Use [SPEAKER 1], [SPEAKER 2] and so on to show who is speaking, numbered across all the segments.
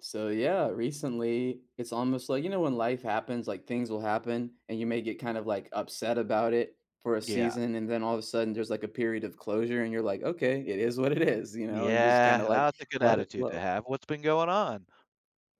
[SPEAKER 1] So yeah, recently it's almost like, you know, when life happens, like things will happen, and you may get kind of like upset about it for a
[SPEAKER 2] Yeah.
[SPEAKER 1] season, and then all of a sudden there's like a period of closure, and you're like, okay, it is what it is, you know, and you just kind
[SPEAKER 2] Yeah,
[SPEAKER 1] of like
[SPEAKER 2] that's a good
[SPEAKER 1] let it
[SPEAKER 2] attitude to
[SPEAKER 1] flow.
[SPEAKER 2] have. What's been going on?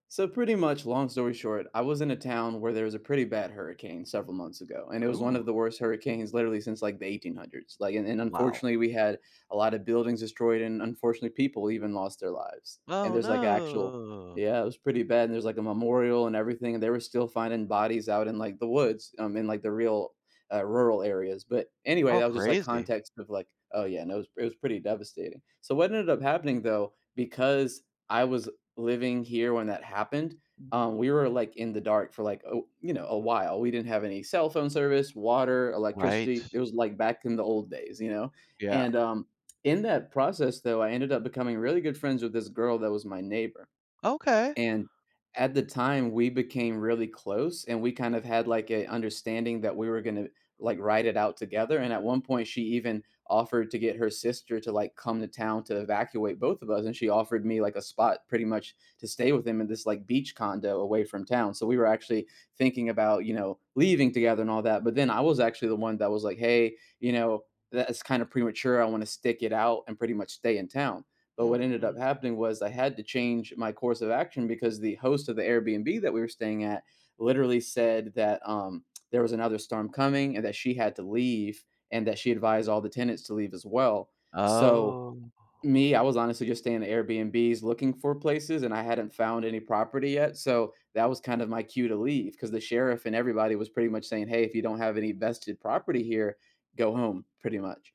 [SPEAKER 1] So pretty much, long story short, I was in a town where there was a pretty bad hurricane several months ago, and it was one of
[SPEAKER 2] Ooh,
[SPEAKER 1] the worst hurricanes literally since like the 1800s. Like, and
[SPEAKER 2] wow.
[SPEAKER 1] unfortunately, we had a lot of buildings destroyed, and unfortunately, people even lost their lives. And
[SPEAKER 2] Oh,
[SPEAKER 1] there's like actual,
[SPEAKER 2] no.
[SPEAKER 1] yeah, it was pretty bad. And there's like a memorial and everything, and they were still finding bodies out in like the woods, in like the real rural areas. But anyway,
[SPEAKER 2] Oh,
[SPEAKER 1] that was just like
[SPEAKER 2] crazy.
[SPEAKER 1] context of like, oh yeah, and it was pretty devastating. So what ended up happening, though, because I was living here when that happened,
[SPEAKER 2] Mhm.
[SPEAKER 1] we were like in the dark for like, oh, you know, a while. We didn't have any cell phone service, water,
[SPEAKER 2] Right.
[SPEAKER 1] electricity. It was like back in the old days, you know.
[SPEAKER 2] Yeah.
[SPEAKER 1] And in that process, though, I ended up becoming really good friends with this girl that was my neighbor.
[SPEAKER 2] Okay.
[SPEAKER 1] And at the time, we became really close, and we kind of had, like, a understanding that we were gonna, like, ride it out together, and at one point, she even offered to get her sister to, like, come to town to evacuate both of us, and she offered me, like, a spot pretty much to stay with him in this, like, beach condo away from town, so we were actually thinking about, you know, leaving together and all that, but then I was actually the one that was like, "Hey, you know, that's kinda premature, I wanna stick it out and pretty much stay in town." But what
[SPEAKER 2] Mhm,
[SPEAKER 1] ended
[SPEAKER 2] mhm.
[SPEAKER 1] up happening was I had to change my course of action because the host of the Airbnb that we were staying at literally said that, there was another storm coming and that she had to leave and that she advised all the tenants to leave as well. So
[SPEAKER 2] Oh,
[SPEAKER 1] me, I was honestly just staying at Airbnbs looking for places and I hadn't found any property yet. So that was kind of my cue to leave because the sheriff and everybody was pretty much saying, hey, if you don't have any vested property here, go home, pretty much.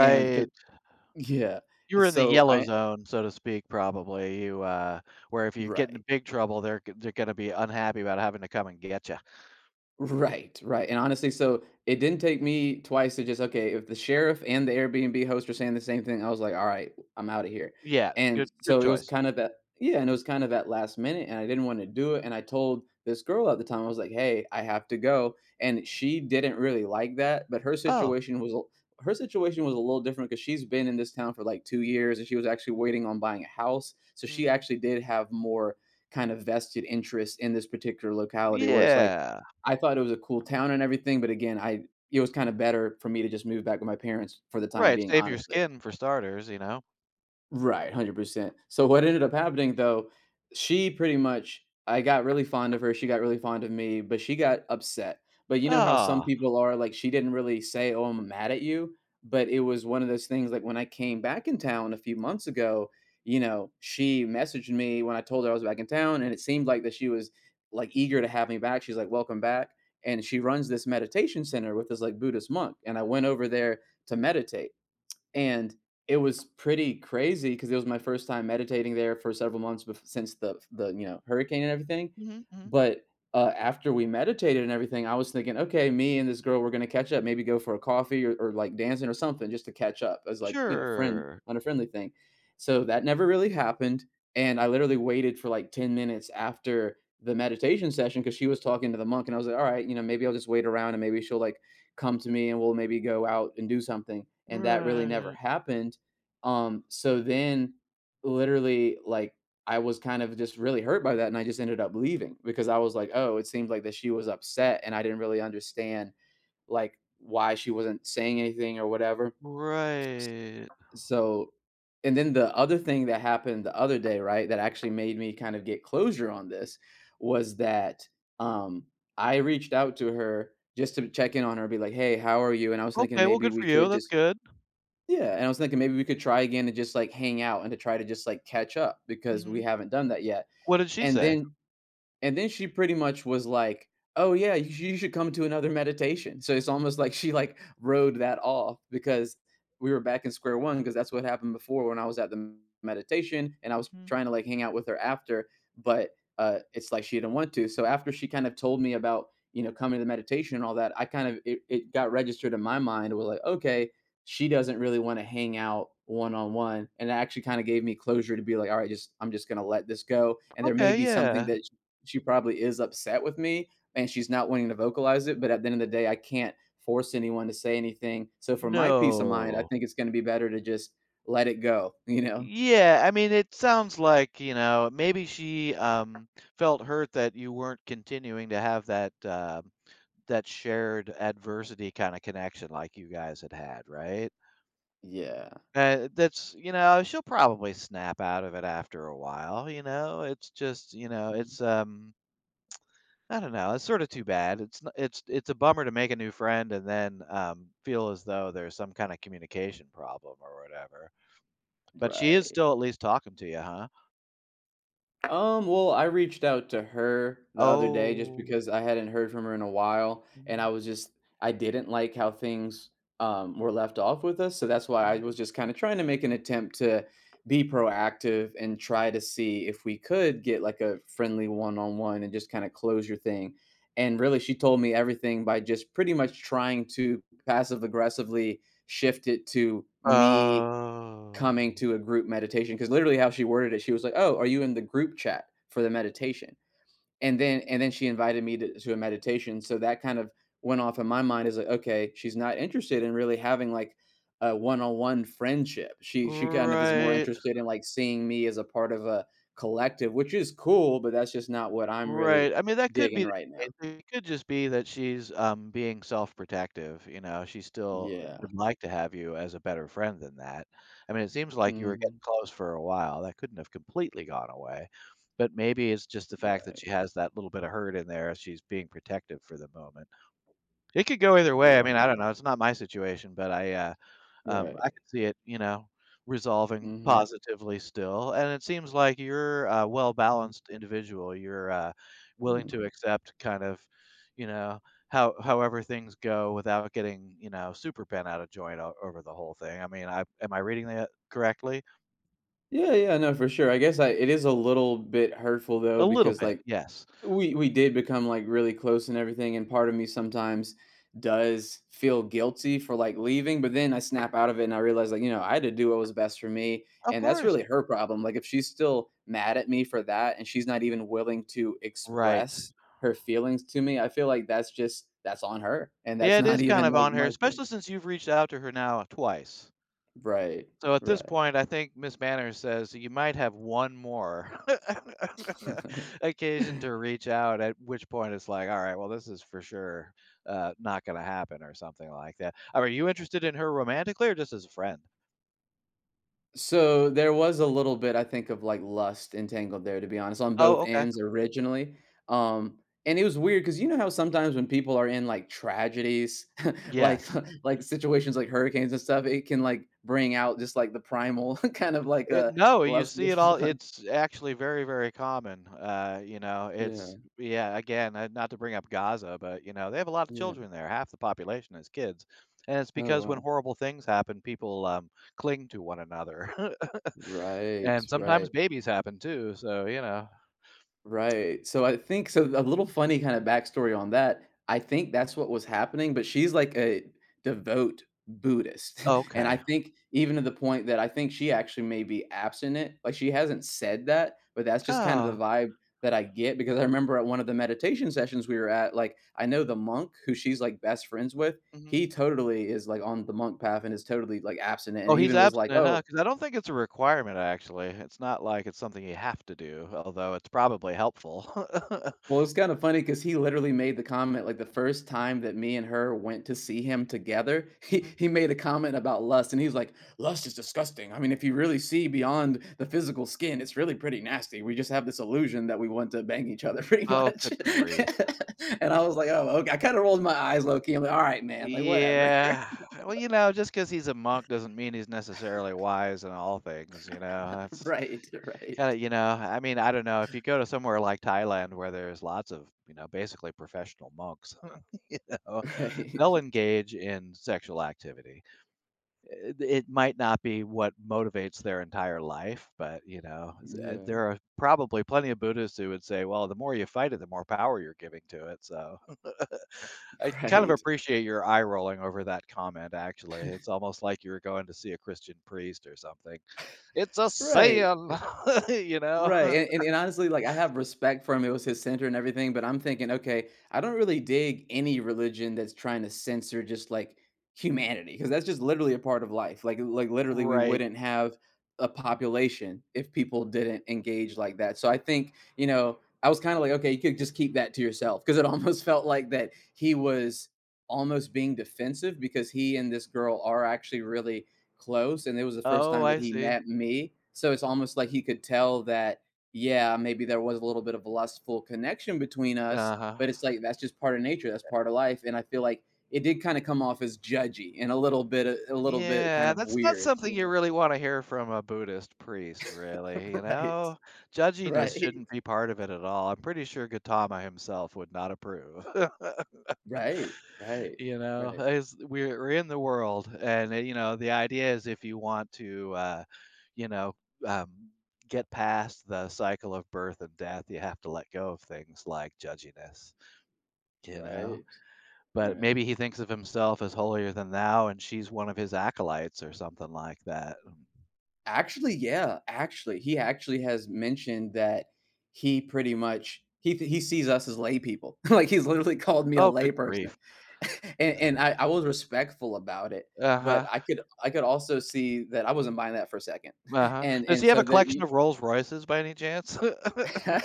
[SPEAKER 1] And 'cause- yeah.
[SPEAKER 2] You were in the
[SPEAKER 1] So
[SPEAKER 2] yellow
[SPEAKER 1] I,
[SPEAKER 2] zone, so to speak, probably. Where if you get into
[SPEAKER 1] right.
[SPEAKER 2] big trouble, they're gonna be unhappy about having to come and get you.
[SPEAKER 1] Right, right, and honestly, so it didn't take me twice to just, okay, if the sheriff and the Airbnb host are saying the same thing, I was like, "All right, I'm out of here,"
[SPEAKER 2] Yeah, good
[SPEAKER 1] and
[SPEAKER 2] good
[SPEAKER 1] so it was
[SPEAKER 2] choice.
[SPEAKER 1] kind of at, yeah, and it was kind of at last minute, and I didn't wanna do it, and I told this girl at the time, I was like, "Hey, I have to go," and she didn't really like that, but
[SPEAKER 2] Oh.
[SPEAKER 1] her situation was a little different because 'cause she's been in this town for, like, 2 years, and she was actually waiting on buying a house, so she
[SPEAKER 2] Mhm.
[SPEAKER 1] actually did have more kind of vested interest in this particular locality where it's like,
[SPEAKER 2] Yeah.
[SPEAKER 1] I thought it was a cool town and everything, but again, I, it was kinda better for me to just move back with my parents for the time
[SPEAKER 2] Right,
[SPEAKER 1] being,
[SPEAKER 2] save your
[SPEAKER 1] honestly.
[SPEAKER 2] skin for starters, you know?
[SPEAKER 1] Right, 100%. So what ended up happening, though, she pretty much, I got really fond of her, she got really fond of me, but she got upset. But you know how some
[SPEAKER 2] Ah.
[SPEAKER 1] people are, like, she didn't really say, "Oh, I'm mad at you," but it was one of those things like when I came back in town a few months ago, you know, she messaged me when I told her I was back in town and it seemed like that she was like eager to have me back. She's like, "Welcome back." And she runs this meditation center with this like Buddhist monk, and I went over there to meditate and it was pretty crazy because it was my first time meditating there for several months bef since you know, hurricane and everything.
[SPEAKER 2] Mhm, mhm.
[SPEAKER 1] But, after we meditated and everything, I was thinking, "Okay, me and this girl, we're gonna catch up, maybe go for a coffee or like, dancing or something just to catch up as, like, you know, friend
[SPEAKER 2] Sure.
[SPEAKER 1] on a friendly thing." So that never really happened, and I literally waited for, like, 10 minutes after the meditation session because she was talking to the monk, and I was like, "Alright, you know, maybe I'll just wait around and maybe she'll, like, come to me and we'll maybe go out and do something. And that really never
[SPEAKER 2] Right.
[SPEAKER 1] happened. So then literally, like, I was kind of just really hurt by that and I just ended up leaving because I was like, oh, it seemed like that she was upset and I didn't really understand like why she wasn't saying anything or whatever.
[SPEAKER 2] Right.
[SPEAKER 1] So and then the other thing that happened the other day, right, that actually made me kind of get closure on this was that, um, I reached out to her just to check in on her, be like, "Hey, how are you?" And I was thinking
[SPEAKER 2] Okay, well,
[SPEAKER 1] maybe
[SPEAKER 2] good for
[SPEAKER 1] we
[SPEAKER 2] you,
[SPEAKER 1] could
[SPEAKER 2] that's
[SPEAKER 1] just,
[SPEAKER 2] good.
[SPEAKER 1] yeah, and I was thinking maybe we could try again and just, like, hang out and to try to just, like, catch up because we
[SPEAKER 2] Mhm.
[SPEAKER 1] haven't done that yet.
[SPEAKER 2] What did she
[SPEAKER 1] And
[SPEAKER 2] say?
[SPEAKER 1] then and then she pretty much was like, "Oh yeah, you should come to another meditation." So it's almost like she like rode that off because we were back in square one because that's what happened before when I was at the meditation and I was
[SPEAKER 2] Mm.
[SPEAKER 1] trying to like hang out with her after, but it's like she didn't want to. So after she kind of told me about, you know, coming to the meditation and all that, I kind of, it got registered in my mind. It was like, okay, she doesn't really want to hang out one on one, and it actually kind of gave me closure to be like, all right, just I'm just gonna let this go, and there may
[SPEAKER 2] Okay,
[SPEAKER 1] be something
[SPEAKER 2] yeah.
[SPEAKER 1] that she probably is upset with me and she's not wanting to vocalize it. But at the end of the day, I can't force anyone to say anything. So for my peace of mind, I
[SPEAKER 2] No.
[SPEAKER 1] think it's going to be better to just let it go, you know?
[SPEAKER 2] Yeah, I mean, it sounds like, you know, maybe felt hurt that you weren't continuing to have that that shared adversity kinda connection like you guys had had, right?
[SPEAKER 1] Yeah.
[SPEAKER 2] And that's you know, she'll probably snap out of it after a while, you know? It's just, you know, I don't know, it's sorta too bad. It's a bummer to make a new friend and feel as though there's some kinda communication problem or whatever. But she is
[SPEAKER 1] Right.
[SPEAKER 2] still at least talking to you, huh?
[SPEAKER 1] Well, I reached out to her the other day just
[SPEAKER 2] Oh.
[SPEAKER 1] because I hadn't heard from her in a while, and I
[SPEAKER 2] Mhm,
[SPEAKER 1] was just, I didn't like how things were left off with us, so that's why I was
[SPEAKER 2] mhm.
[SPEAKER 1] just kind of trying to make an attempt to be proactive and try to see if we could get like a friendly one-on-one and just kind of close your thing. And really, she told me everything by just pretty much trying to passive aggressively shift it to me
[SPEAKER 2] Oh,
[SPEAKER 1] coming to a group meditation because literally how she worded it, she was like, oh, are you in the group chat for the meditation? And then she invited me to a meditation, so that kind of went off in my mind, is like, okay, she's not interested in really having like a one-on-one friendship, she kind of is more
[SPEAKER 2] right.
[SPEAKER 1] interested in like seeing me as a part of a collective, which is cool, but that's just not what I'm really
[SPEAKER 2] Right, I mean, that could
[SPEAKER 1] digging
[SPEAKER 2] be the
[SPEAKER 1] right now.
[SPEAKER 2] case. It could just be that being self-protective, you know, she still
[SPEAKER 1] Yeah.
[SPEAKER 2] would like to have you as a better friend than that. I mean, it seems like you were getting
[SPEAKER 1] Hmm.
[SPEAKER 2] close for a while, that couldn't have completely gone away, but maybe it's just the fact that she has that little bit of hurt in there, she's being protective for the moment. It could go either way.
[SPEAKER 1] right
[SPEAKER 2] I
[SPEAKER 1] right
[SPEAKER 2] mean, I don't know, it's not my situation, but I
[SPEAKER 1] right
[SPEAKER 2] could see it, you know, resolving
[SPEAKER 1] hmm.
[SPEAKER 2] positively still, and it seems like you're a
[SPEAKER 1] Hmm.
[SPEAKER 2] well-balanced individual. Willing to accept kind of, you know, however things go without getting, you know, super bent out of joint o over the whole thing. I mean, I am I reading that correctly?
[SPEAKER 1] Yeah, yeah, no, for sure. I guess I it is a little bit hurtful
[SPEAKER 2] A
[SPEAKER 1] though,
[SPEAKER 2] little
[SPEAKER 1] because
[SPEAKER 2] bit,
[SPEAKER 1] like
[SPEAKER 2] yes.
[SPEAKER 1] we did become like really close and everything, and part of me sometimes does feel guilty for like leaving, but then I snap out of it and I realize, like, you know, I had to do what was best for me,
[SPEAKER 2] Of
[SPEAKER 1] and that's
[SPEAKER 2] course.
[SPEAKER 1] really her problem. Like if she's still mad at me for that, and she's not even willing to
[SPEAKER 2] Right.
[SPEAKER 1] express her feelings to me, I feel like that's just, that's on her, and
[SPEAKER 2] Yeah,
[SPEAKER 1] that's
[SPEAKER 2] it
[SPEAKER 1] not
[SPEAKER 2] is kind
[SPEAKER 1] even
[SPEAKER 2] of
[SPEAKER 1] like
[SPEAKER 2] on her,
[SPEAKER 1] my thing.
[SPEAKER 2] especially since you've reached out to her now twice.
[SPEAKER 1] Right,
[SPEAKER 2] So at this
[SPEAKER 1] right.
[SPEAKER 2] point, I think Miss Manners says you might have one more occasion to reach out, at which point it's like, all right, well, this is for sure not going to happen or something like that. Are you interested in her romantically or just as a friend?
[SPEAKER 1] So there was a little bit, I think, of like lust entangled there, to be honest, on
[SPEAKER 2] Oh,
[SPEAKER 1] both
[SPEAKER 2] okay.
[SPEAKER 1] ends originally. Um, and it was weird because you know how sometimes when people are in like tragedies, like
[SPEAKER 2] Yes.
[SPEAKER 1] like situations like hurricanes and stuff, it can like bring out just like the primal kind of like
[SPEAKER 2] It
[SPEAKER 1] a
[SPEAKER 2] No, you
[SPEAKER 1] lust.
[SPEAKER 2] see it all it's actually very, very common, you know,
[SPEAKER 1] Yeah,
[SPEAKER 2] it's yeah, not to bring up Gaza, but, you know, they have a lot of
[SPEAKER 1] yeah.
[SPEAKER 2] children there, half the population is kids, and it's
[SPEAKER 1] Oh,
[SPEAKER 2] because when
[SPEAKER 1] wow.
[SPEAKER 2] horrible things happen, cling to one another,
[SPEAKER 1] Right,
[SPEAKER 2] and sometimes
[SPEAKER 1] right.
[SPEAKER 2] babies happen too, so, you know.
[SPEAKER 1] Right. So I think so a little funny kind of backstory on that. I think that's what was happening, but she's like a devout Buddhist. And I
[SPEAKER 2] Okay.
[SPEAKER 1] think even to the point that I think she actually may be abstinent. Like she hasn't said that, but that's just kind of the
[SPEAKER 2] Oh,
[SPEAKER 1] vibe that I get because I remember at one of the meditation sessions we were at, like I know the monk who she's like best friends with,
[SPEAKER 2] mhm.
[SPEAKER 1] he totally is like on the monk path and is totally like abstinent
[SPEAKER 2] Oh,
[SPEAKER 1] and
[SPEAKER 2] he's
[SPEAKER 1] even was like,
[SPEAKER 2] abstinent,
[SPEAKER 1] "Oh,
[SPEAKER 2] huh? Because I don't think it's a requirement, actually, it's not like it's something you have to do, although it's probably helpful.
[SPEAKER 1] Well, it's kinda funny because he literally made the comment, like, the first time that me and her went to see him together, he
[SPEAKER 2] Mhm.
[SPEAKER 1] he made a comment about lust, and he was like, "Lust is disgusting. I mean, if you really see beyond the physical skin, it's really pretty nasty. We just have this illusion that we want to bang each other pretty
[SPEAKER 2] Oh,
[SPEAKER 1] much."
[SPEAKER 2] good grief.
[SPEAKER 1] And I was like, "Oh, okay." I kinda rolled my eyes low key. I'm like, "Alright, man, like, whatever."
[SPEAKER 2] Yeah. Well, you know, just 'cause he's a monk doesn't mean he's necessarily wise in all things, you know? That's
[SPEAKER 1] Right, right,
[SPEAKER 2] kinda you know, I mean, I don't know, if you go to somewhere like Thailand where there's lots of, you know, basically professional monks, you know,
[SPEAKER 1] right.
[SPEAKER 2] they'll engage in sexual activity. It might not be what motivates their entire life, but you know, s there
[SPEAKER 1] Yeah.
[SPEAKER 2] are probably plenty of Buddhists who would say, "Well, the more you fight it, the more power you're giving to it," so I kind of
[SPEAKER 1] Right,
[SPEAKER 2] appreciate your eye rolling over that comment, actually. It's almost like you were going to see a Christian priest or something. It's a
[SPEAKER 1] right.
[SPEAKER 2] sin, you know?
[SPEAKER 1] Right, and and and honestly, like, I have respect for him, it was his center and everything, but I'm thinking, "Okay, I don't really dig any religion that's trying to censor just, like, humanity, because that's just literally a part of life." Like, literally, we
[SPEAKER 2] Right.
[SPEAKER 1] wouldn't have a population if people didn't engage like that, so I think, you know, I was kinda like, "Okay, you could just keep that to yourself, because it almost felt like that he was almost being defensive because he and this girl are actually really close, and it was the first
[SPEAKER 2] Oh,
[SPEAKER 1] time that
[SPEAKER 2] I
[SPEAKER 1] he
[SPEAKER 2] see.
[SPEAKER 1] met me, so it's almost like he could tell that, yeah, maybe there was a little bit of a lustful connection between us,
[SPEAKER 2] Uh-huh.
[SPEAKER 1] but it's like that's just part of nature, that's part of life, and I feel like it did kinda come off as judgy and a little bit kind
[SPEAKER 2] Yeah,
[SPEAKER 1] of
[SPEAKER 2] that's not
[SPEAKER 1] weird,
[SPEAKER 2] something
[SPEAKER 1] you
[SPEAKER 2] you
[SPEAKER 1] know?
[SPEAKER 2] really want to hear from a Buddhist priest, really, you
[SPEAKER 1] Right.
[SPEAKER 2] know? Judginess
[SPEAKER 1] Right.
[SPEAKER 2] shouldn't be part of it at all. I'm pretty sure Gautama himself would not approve.
[SPEAKER 1] Right. Right.
[SPEAKER 2] You know,
[SPEAKER 1] Right.
[SPEAKER 2] as we're in the world, and, you know, the idea is if you want to, you know, um, get past the cycle of birth and death, you have to let go of things like judginess, you know?
[SPEAKER 1] Right.
[SPEAKER 2] But
[SPEAKER 1] Right.
[SPEAKER 2] maybe he thinks of himself as holier than thou, and she's one of his acolytes or something like that.
[SPEAKER 1] Actually, yeah, actually, he actually has mentioned that he pretty much he th he sees us as lay people. Like, he's literally called me a
[SPEAKER 2] Oh, good
[SPEAKER 1] layperson,
[SPEAKER 2] grief.
[SPEAKER 1] and and I was respectful about it, but
[SPEAKER 2] Uh-huh,
[SPEAKER 1] I could also see that I wasn't buying that for a second,
[SPEAKER 2] uh-huh.
[SPEAKER 1] and
[SPEAKER 2] Does he
[SPEAKER 1] and
[SPEAKER 2] have a
[SPEAKER 1] so that
[SPEAKER 2] collection
[SPEAKER 1] you
[SPEAKER 2] of Rolls Royces by any chance?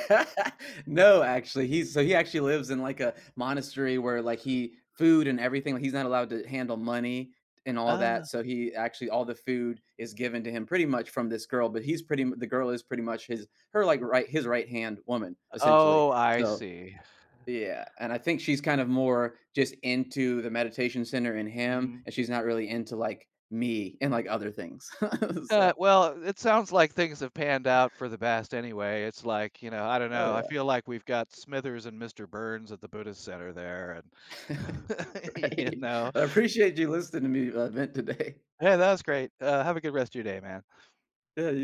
[SPEAKER 1] No, actually, he actually lives in, like, a monastery where, like, he food and everything, like, he's not allowed to handle money and all
[SPEAKER 2] Ah,
[SPEAKER 1] that, so he actually all the food is given to him pretty much from this girl, but he's pretty m the girl is pretty much his her, like, his right-hand woman, essentially.
[SPEAKER 2] oh, I
[SPEAKER 1] So
[SPEAKER 2] see.
[SPEAKER 1] yeah, and I think she's kind of more just into the meditation center and him,
[SPEAKER 2] Mhm.
[SPEAKER 1] and she's not really into, like, me and, like, other things. So,
[SPEAKER 2] Well, it sounds like things have panned out for the best anyway. It's like, you know, I don't
[SPEAKER 1] oh,
[SPEAKER 2] know. I
[SPEAKER 1] yeah.
[SPEAKER 2] feel like we've got Smithers and Mr. Burns at the Buddhist Center there, and you
[SPEAKER 1] Right?
[SPEAKER 2] know,
[SPEAKER 1] I appreciate you listening to me vent today.
[SPEAKER 2] hey, that was great. Have a good rest of your day, man.
[SPEAKER 1] Yeah, you